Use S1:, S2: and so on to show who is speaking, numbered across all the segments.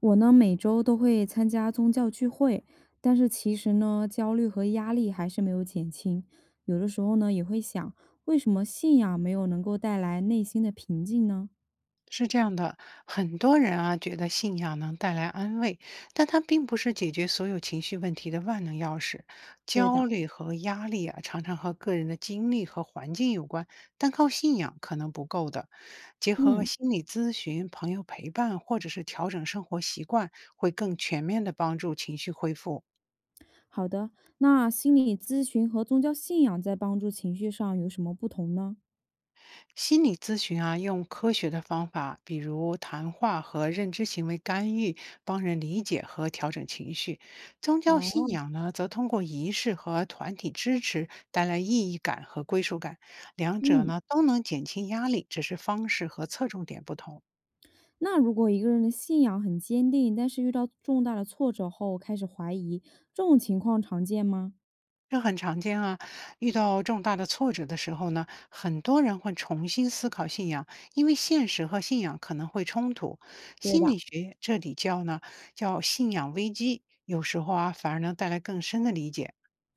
S1: 我呢，每周都会参加宗教聚会，但是其实呢，焦虑和压力还是没有减轻。有的时候呢，也会想，为什么信仰没有能够带来内心的平静呢？
S2: 是这样的，很多人啊觉得信仰能带来安慰，但它并不是解决所有情绪问题的万能钥匙。
S1: 对
S2: 焦
S1: 的。
S2: 虑和压力啊，常常和个人的经历和环境有关，单靠信仰可能不够的。结合
S1: 嗯。
S2: 心理咨询、朋友陪伴，或者是调整生活习惯，会更全面的帮助情绪恢复。
S1: 好的。那心理咨询和宗教信仰在帮助情绪上有什么不同呢？
S2: 心理咨询啊，用科学的方法，比如谈话和认知行为干预，帮人理解和调整情绪。宗教信
S1: 哦。
S2: 仰呢，则通过仪式和团体支持，带来意义感和归属感。两者
S1: 嗯。
S2: 呢，都能减轻压力，只是方式和侧重点不同。
S1: 那如果一个人的信仰很坚定，但是遇到重大的挫折后开始怀疑，这种情况常见吗？
S2: 这很常见啊，遇到重大的挫折的时候呢，很多人会重新思考信仰，因为现实和信仰可能会冲突。
S1: 对
S2: 心
S1: 的。
S2: 理学这里叫呢，叫信仰危机，有时候啊，反而能带来更深的理解。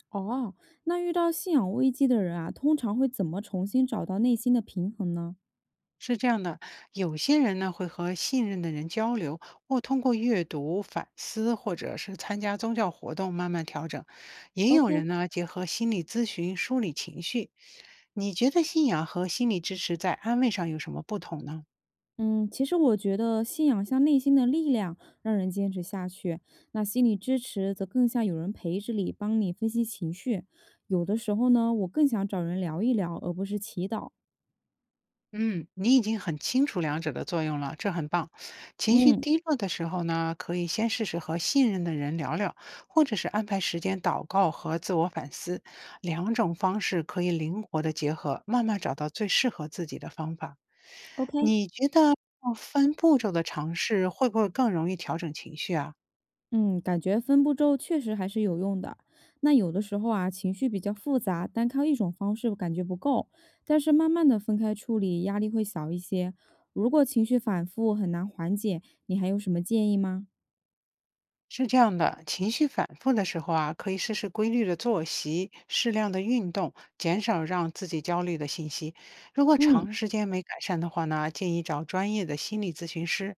S1: 哦，那遇到信仰危机的人啊，通常会怎么重新找到内心的平衡呢
S2: 是这样的，有些人呢会和信任的人交流，或通过阅读、反思，或者是参加宗教活动慢慢调整；也有
S1: ？OK。
S2: 人呢结合心理咨询梳理情绪。你觉得信仰和心理支持在安慰上有什么不同呢？
S1: 嗯，其实我觉得信仰像内心的力量，让人坚持下去；那心理支持则更像有人陪着你，帮你分析情绪。有的时候呢，我更想找人聊一聊，而不是祈祷。
S2: 嗯，你已经很清楚两者的作用了，这很棒。情绪
S1: 嗯
S2: 低落的时候呢，可以先试试和信任的人聊聊，或者是安排时间祷告和自我反思，两种方式可以灵活的结合，慢慢找到最适合自己的方法。
S1: ，OK。
S2: 你觉得分步骤的尝试会不会更容易调整情绪啊？
S1: 嗯，感觉分步骤确实还是有用的。那有的时候啊，情绪比较复杂，单靠一种方式感觉不够，但是慢慢的分开处理，压力会小一些。如果情绪反复很难缓解，你还有什么建议吗？
S2: 是这样的，情绪反复的时候啊，可以试试规律的作息、适量的运动，减少让自己焦虑的信息。如果
S1: 嗯。
S2: 长时间没改善的话呢，建议找专业的心理咨询师。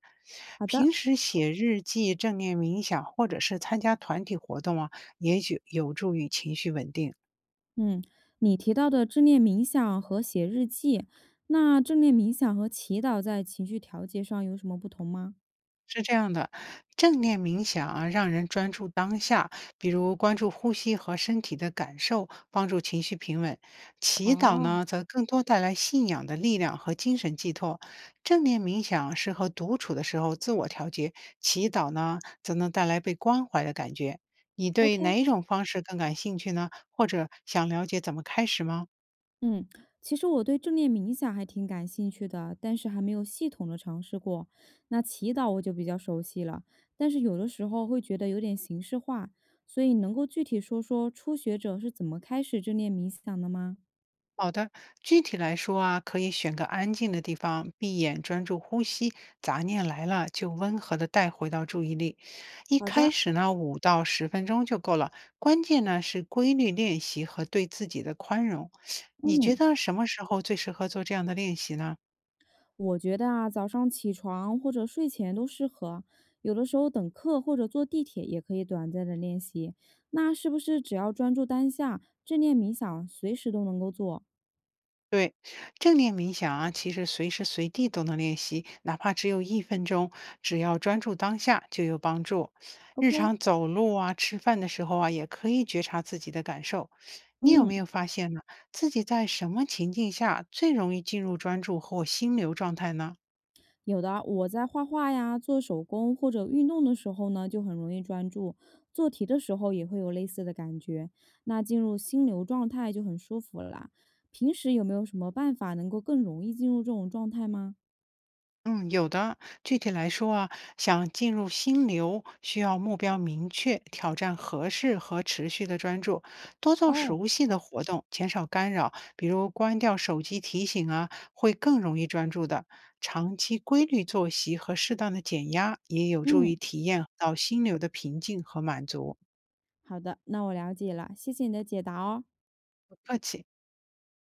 S1: 好的。
S2: 平时写日记、正念冥想，或者是参加团体活动啊，也许有助于情绪稳定。
S1: 嗯，你提到的正念冥想和写日记，那正念冥想和祈祷在情绪调节上有什么不同吗？
S2: 是这样的，正念冥想啊，让人专注当下，比如关注呼吸和身体的感受，帮助情绪平稳。祈祷
S1: 哦。
S2: 呢，则更多带来信仰的力量和精神寄托。正念冥想适合独处的时候自我调节，祈祷呢，则能带来被关怀的感觉。你对
S1: ？OK。
S2: 哪一种方式更感兴趣呢？或者想了解怎么开始吗？
S1: 嗯，其实我对正念冥想还挺感兴趣的，但是还没有系统的尝试过。那祈祷我就比较熟悉了，但是有的时候会觉得有点形式化，所以能够具体说说初学者是怎么开始正念冥想的吗？
S2: 好的，具体来说啊，可以选个安静的地方，闭眼专注呼吸，杂念来了就温和的带回到注意力。一
S1: 好
S2: 开
S1: 的。
S2: 始呢，5到10分钟就够了，关键呢是规律练习和对自己的宽容。你
S1: 嗯，
S2: 觉得什么时候最适合做这样的练习呢？
S1: 我觉得啊，早上起床或者睡前都适合，有的时候等课或者坐地铁也可以短暂的练习。那是不是只要专注当下，正念冥想随时都能够做
S2: 对，正念冥想啊，其实随时随地都能练习，哪怕只有1分钟，只要专注当下就有帮助。日
S1: ？OK。
S2: 常走路啊、吃饭的时候啊，也可以觉察自己的感受。你有
S1: 嗯。
S2: 没有发现呢？自己在什么情境下最容易进入专注或心流状态呢？
S1: 有的，我在画画呀、做手工或者运动的时候呢，就很容易专注；做题的时候也会有类似的感觉，那进入心流状态就很舒服了啦。平时有没有什么办法能够更容易进入这种状态吗？
S2: 嗯，有的。具体来说啊，想进入心流，需要目标明确、挑战合适和持续的专注，多做
S1: 哦。
S2: 熟悉的活动，减少干扰，比如关掉手机提醒啊，会更容易专注的。长期规律作息和适当的减压，也有助
S1: 嗯，
S2: 于体验到心流的平静和满足。
S1: 好的，那我了解了，谢谢你的解答哦。
S2: 不客气。